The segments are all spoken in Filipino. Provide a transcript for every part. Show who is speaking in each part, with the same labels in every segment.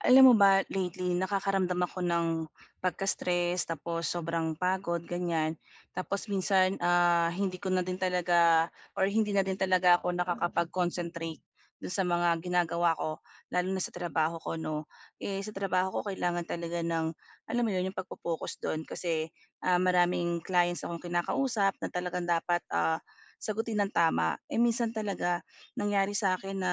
Speaker 1: Alam mo ba lately nakakaramdam ako ng pagka-stress tapos sobrang pagod ganyan. Tapos minsan, hindi ko na din talaga or hindi na din talaga ako nakakapag-concentrate dun sa mga ginagawa ko lalo na sa trabaho ko 'no. Eh, sa trabaho ko kailangan talaga ng alam mo yun yung pagfo-focus dun kasi, maraming clients akong kinakausap na talagang dapat, sagutin ng tama. Eh, minsan talaga nangyari sa akin na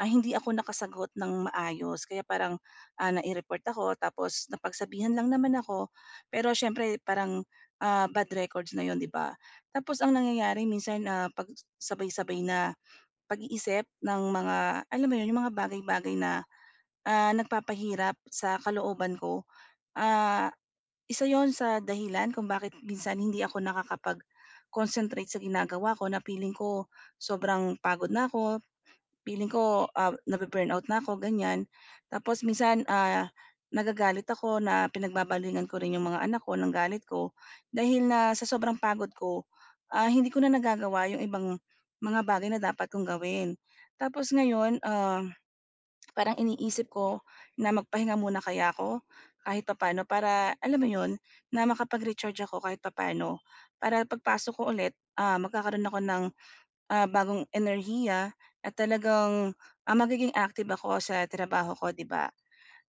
Speaker 1: hindi ako nakasagot ng maayos kaya parang, nai-report ako tapos napagsabihan lang naman ako, pero siyempre parang, bad records na yon 'di ba? Tapos ang nangyayari minsan, 'pag sabay-sabay na pag-iisip ng mga alam mo 'yun, yung mga bagay-bagay na, nagpapahirap sa kalooban ko, ah, isa yon sa dahilan kung bakit minsan hindi ako nakakapag-concentrate sa ginagawa ko na feeling ko sobrang pagod na ako. Feeling ko, nabu-burnout na ako ganyan. Tapos minsan, nagagalit ako na pinagbabalingan ko rin yung mga anak ko ng galit ko dahil na sa sobrang pagod ko, hindi ko na nagagawa yung ibang mga bagay na dapat kong gawin. Tapos ngayon, parang iniisip ko na magpahinga muna kaya ako kahit papaano para alam mo yun, na makapag-recharge ako kahit papaano para pagpasok ko ulit, magkakaroon ako ng bagong enerhiya at talagang, magiging active ako sa trabaho ko, 'di ba?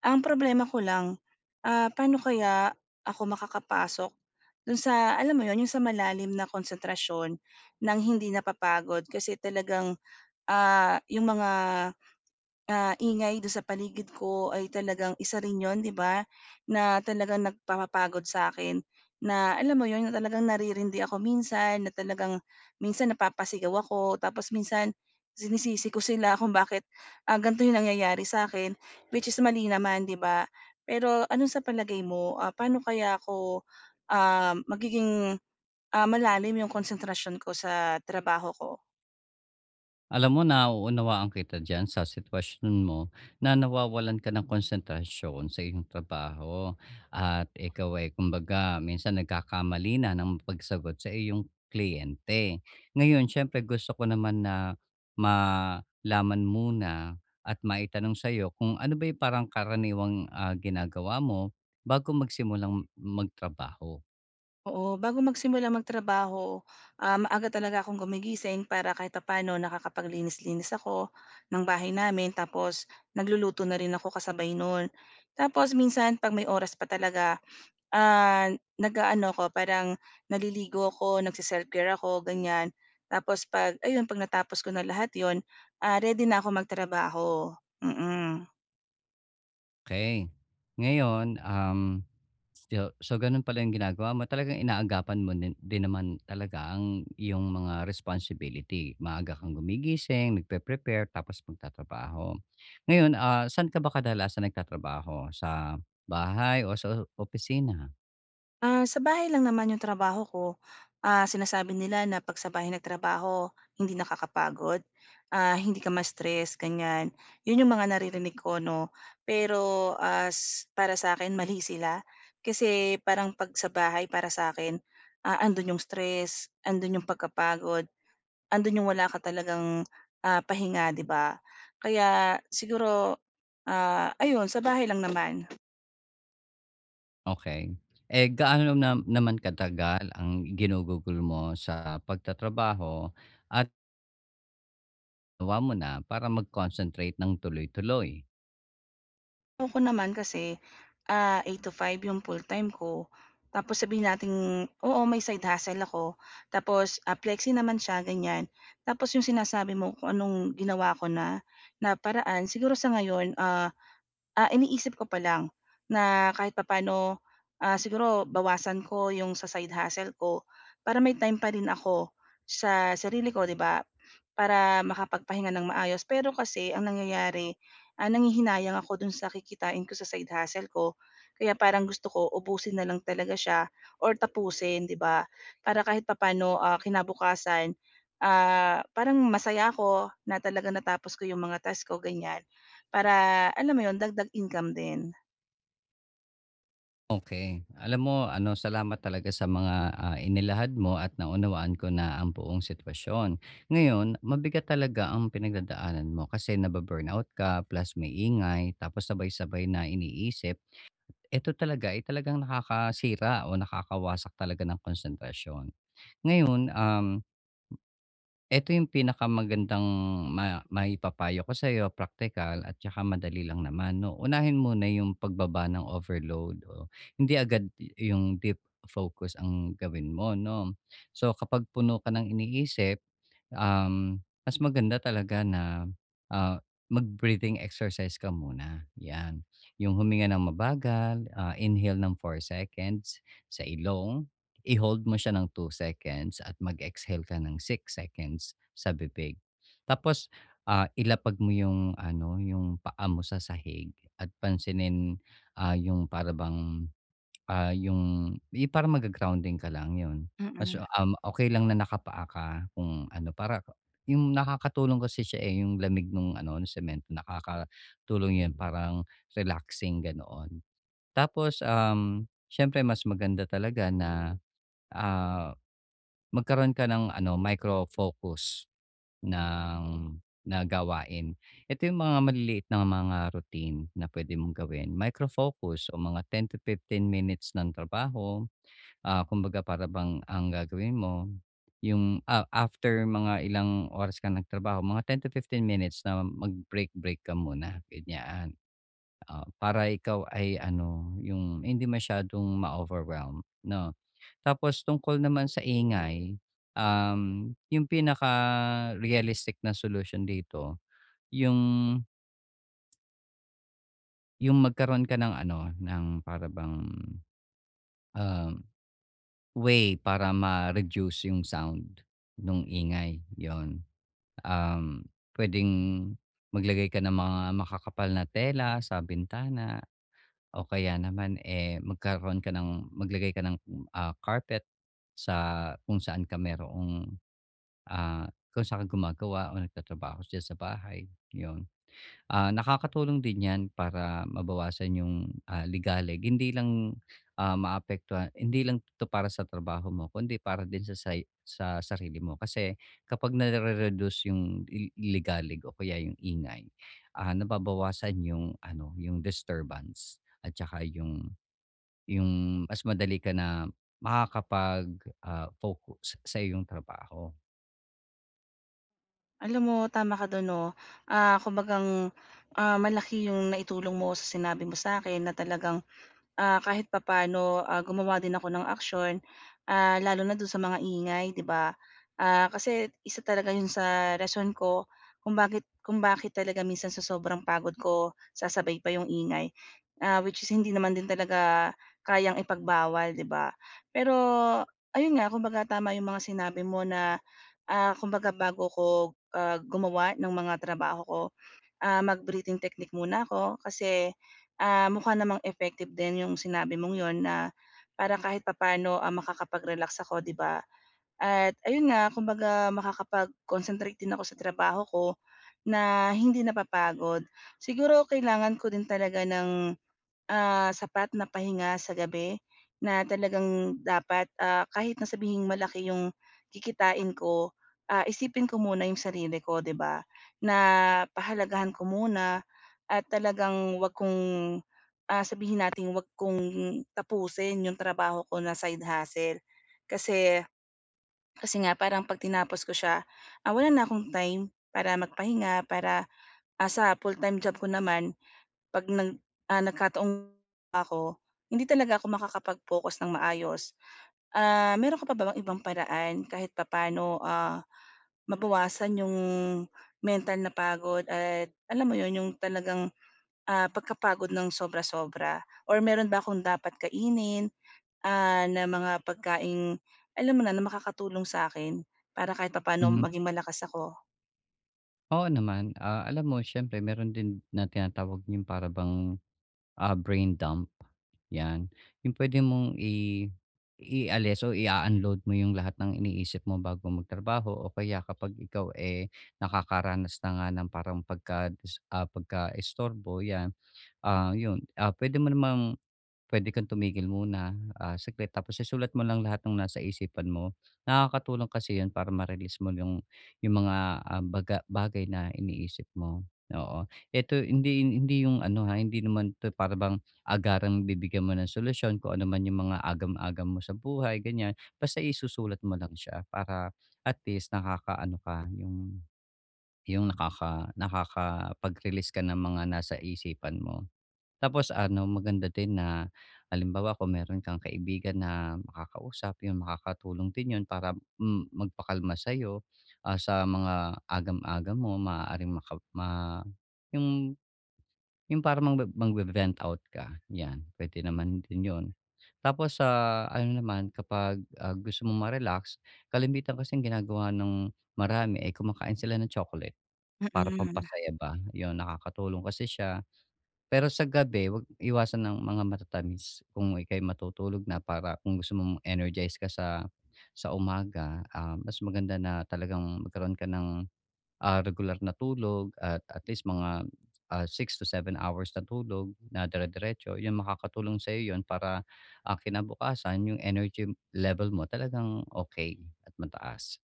Speaker 1: Ang problema ko lang, paano kaya ako makakapasok dun sa alam mo yon yung sa malalim na konsentrasyon ng hindi napapagod kasi talagang, yung mga ingay do sa paligid ko ay talagang isa rin 'yon, 'di ba, na talagang nagpapapagod sa akin na alam mo 'yon, na talagang naririndi ako minsan, na talagang minsan napapasigaw ako tapos minsan sinisisi ko sila kung bakit, ganito 'yung nangyayari sa akin which is mali naman, 'di ba? Pero ano sa palagay mo, paano kaya ako, magiging, malalim 'yung konsentrasyon ko sa trabaho ko?
Speaker 2: Alam mo, nauunawaan kita diyan sa sitwasyon mo na nawawalan ka ng konsentrasyon sa iyong trabaho at ikaw ay kumbaga minsan nagkakamali na ng pagsagot sa iyong kliyente. Ngayon, syempre gusto ko naman na malaman muna at maitanong sa iyo kung ano ba yung parang karaniwang ginagawa mo bago magsimulang magtrabaho.
Speaker 1: Oo, bago magsimula magtrabaho, maaga talaga akong gumigising para kahit papaano nakakapaglinis-linis ako ng bahay namin tapos nagluluto na rin ako kasabay nun. Tapos minsan 'pag may oras pa talaga, ah, nag-aano ako parang naliligo ako, nagse care ako ganyan. Tapos 'pag ayun 'pag natapos ko na lahat yon, ready na ako magtrabaho, mm.
Speaker 2: Okay. Ngayon, so gano'n pala yung ginagawa mo, talagang inaagapan mo din din naman talaga ang iyong mga responsibility. Maaga kang gumigising, nagpe-prepare, tapos magtatrabaho. Ngayon, saan ka ba kadalasan nagtatrabaho, sa bahay o sa opisina?
Speaker 1: Sa bahay lang naman yung trabaho ko. Sinasabi nila na 'pag sa bahay nagtrabaho, hindi nakakapagod, hindi ka ma-stress, ganyan. Yun yung mga naririnig ko 'no. Pero, as para sa akin mali sila, kasi parang 'pag sa bahay para sa'kin, andun yung stress, andun yung pagkapagod, andun yung wala ka talagang, pahinga, 'di ba? Kaya siguro, ayun sa bahay lang naman.
Speaker 2: Okay. Eh, gaano naman katagal ang ginugugol mo sa pagtatrabaho at gawa mo na para mag-concentrate ng tuloy-tuloy?
Speaker 1: Ewan ko naman kasi, 8 to 5 yung full-time ko. Tapos sabihin natin oo, may side hustle ako. Tapos, flexi naman siya ganyan. Tapos yung sinasabi mo kung anong ginawa ko na, na paraan siguro sa ngayon, iniisip ko pa lang na kahit papaano, siguro bawasan ko yung sa side hustle ko para may time pa rin ako sa sarili ko, 'di ba? Para makapagpahinga ng maayos. Pero kasi ang nangyayari, nanghihinayang ako dun sa kikitain ko sa side hustle ko. Kaya parang gusto ko ubusin na lang talaga siya or tapusin, 'di ba? Para kahit papaano, kinabukasan, parang masaya ako na talaga natapos ko yung mga task ko, ganyan. Para alam mo yun, dagdag income din.
Speaker 2: Okay. Alam mo ano, salamat talaga sa mga, inilahad mo at naunawaan ko na ang buong sitwasyon. Ngayon, mabigat talaga ang pinagdadaanan mo kasi nabu-burnout ka plus may ingay tapos sabay-sabay na iniisip. Ito talaga ay talagang nakakasira o nakakawasak talaga ng konsentrasyon. Ngayon, eto yung pinakamagandang maipapayo ko sa'yo, practical at tsaka madali lang naman 'no. Unahin muna yung pagbaba ng overload o hindi agad yung deep focus ang gawin mo 'no. So kapag puno ka ng iniisip, mas maganda talaga na, ah, mag-breathing exercise ka muna, 'yan. Yung huminga ng mabagal, inhale ng 4 seconds sa ilong, i-hold mo siya ng 2 seconds at mag-exhale ka ng 6 seconds sa bibig. Tapos, ilapag mo yung ano, yung paa mo sa sahig at pansinin, yung para yung eh, parang magga-grounding ka lang, yun. Mas,
Speaker 1: Mm.
Speaker 2: okey lang na nakapaa ka kung ano, para yung nakakatulong kasi siya, eh, yung lamig nung ano, nung semento nakakatulong yun, parang relaxing, ganoon. Tapos, siyempre mas maganda talaga na, ah, magkaroon ka ng ano, micro-focus ng na gawain. Ito yung mga maliliit na mga routine na pwede mong gawin, micro-focus o mga 10 to 15 minutes ng trabaho. Kumbaga para bang ang gagawin mo, yung after mga ilang oras ka nagtrabaho, mga 10 to 15 minutes na mag-break-break ka muna, ganyan. Para ikaw ay ano, yung hindi masyadong ma-overwhelm, 'no? Tapos tungkol naman sa ingay, yung pinaka-realistic na solution dito, yung yung magkaroon ka ng ano, ng para bang, um way para ma-reduce yung sound nung ingay, yon. Puwedeng maglagay ka ng mga makakapal na tela sa bintana o kaya naman, eh, magkaroon ka ng maglagay ka ng, ah, carpet sa kung saan ka mayroong, ah, kung saan ka gumagawa o nagtatrabaho diyan sa bahay, yun. Nakakatulong din 'yan para mabawasan yung, ligalig. Hindi lang, maapektuhan hindi lang 'to para sa trabaho mo kundi para din sa sa sarili mo. Kasi kapag nare-reduce yung ligalig o kaya yung ingay, nababawasan yung ano, yung disturbance at saka yung mas madali ka na makakapag, focus sa iyong trabaho.
Speaker 1: Alam mo tama ka dun 'no, kumbagang, malaki yung naitulong mo sa sinabi mo sa'kin na talagang kahit papaano, gumawa din ako ng aksiyon, lalo na dun sa mga ingay, 'di ba? Kasi isa talaga yun sa rason ko kung bakit talaga minsan sa sobrang pagod ko sasabay pa yung ingay, which is hindi naman din talaga kayang ipagbawal, 'di ba? Pero ayun nga, kumbaga tama yung mga sinabi mo na, kumbaga bago ko, gumawa ng mga trabaho ko, mag-breathing technique muna ako kasi, mukha namang effective din yung sinabi mong yon na para kahit papaano, makakapag-relax ako, 'di ba? At ayun nga, kumbaga makakapag-concentrate din ako sa trabaho ko na hindi napapagod. Siguro kailangan ko din talaga ng sapat na pahinga sa gabi na talagang dapat, kahit na sabihing malaki yung kikitain ko, isipin ko muna yung sarili ko, 'di ba? Na pahalagahan ko muna at talagang 'wag kong, sabihin natin 'wag kong tapusin yung trabaho ko na side hustle. Kasi kasi nga parang 'pag tinapos ko siya, wala na akong time para magpahinga, para, sa full-time job ko naman. 'Pag nagkataon ako, hindi talaga ako makakapag-focus ng maayos. Meron ka pa ba bang ibang paraan kahit papaano, mabawasan yung mental na pagod at alam mo yun, yung talagang, pagkapagod ng sobra-sobra or meron ba akong dapat kainin, na mga pagkaing alam mo na, na makakatulong sa'kin para kahit papaano
Speaker 2: Mhm,
Speaker 1: maging malakas ako?
Speaker 2: oo naman. Alam mo siyempre meron din na tinatawag yung para bang brain dump, 'yan. Yung puwede mong i ialis o i unload mo yung lahat ng iniisip mo bago magtrabaho o kaya kapag ikaw, eh, nakakaranas na nga ng parang pagkaistorbo 'yan, 'yun, ah, pwede mo namang puwede kang tumigil muna, saglit tapos isulat mo lang lahat ng nasa isipan mo. Nakakatulong kasi 'yun para ma-release mo yung mga, bagay na iniisip mo, oo. Ito hindi hindi yung ano, ha, hindi naman 'to para bang agarang bibigyan mo ng solusyon kung ano man yung mga agam-agam mo sa buhay, ganiyan. Basta isusulat mo lang siya para at least nakakaano ka, yung nakakapag-release ka ng mga nasa isipan mo. Tapos ano, maganda din na halimbawa kung meron kang kaibigan na makakausap, 'yun makakatulong din 'yun para, magpakalma sa'yo, sa mga agam agam mo maaaring maka ma 'yung 'yung para magbe-vent out ka, 'yan puwede naman din 'yun. Tapos sa ano naman kapag, gusto mong ma-relax, kalimitan kasing ginagawa ng marami, ay kumakain sila ng chocolate para
Speaker 1: Mm.
Speaker 2: pampasaya ba, 'yun nakakatulong kasi siya pero sa gabi, wag iwasan ng mga matatamis kung ika'y matutulog na para kung gusto mong energize ka sa umaga, mas maganda na talagang magkaroon ka ng, regular na tulog at least mga, 6 to seven hours na tulog na dire-diretso. 'Yun makakatulong sa'yo 'yun para, kinabukasan yung energy level mo talagang okay at mataas.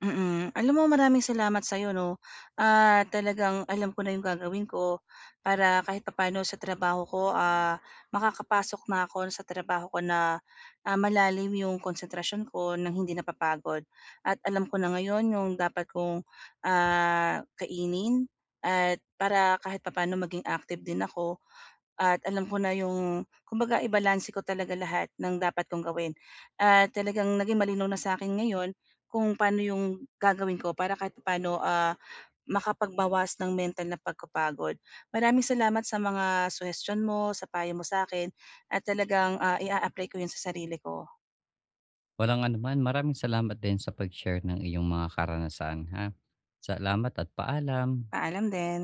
Speaker 1: Mm. Alam mo maraming salamat sa iyo, 'no, at talagang alam ko na yung gagawin ko para kahit papaano sa trabaho ko, makakapasok na ako sa trabaho ko na, malalim yung konsentrasyon ko ng hindi napapagod. At alam ko na ngayon yung dapat kong, kainin at para kahit papaano maging active din ako at alam ko na yung kumbaga ibalanse ko talaga lahat ng dapat kong gawin. At talagang naging malinaw na sa akin ngayon kung paano yung gagawin ko para kahit paano makapagbawas ng mental na pagkapagod. Maraming salamat sa mga suggestion mo, sa payo mo sa akin at talagang, i apply ko yun sa sarili ko.
Speaker 2: Walang anuman, maraming salamat din sa pag-share ng iyong mga karanasan, ha. Salamat at paalam.
Speaker 1: Paalam din.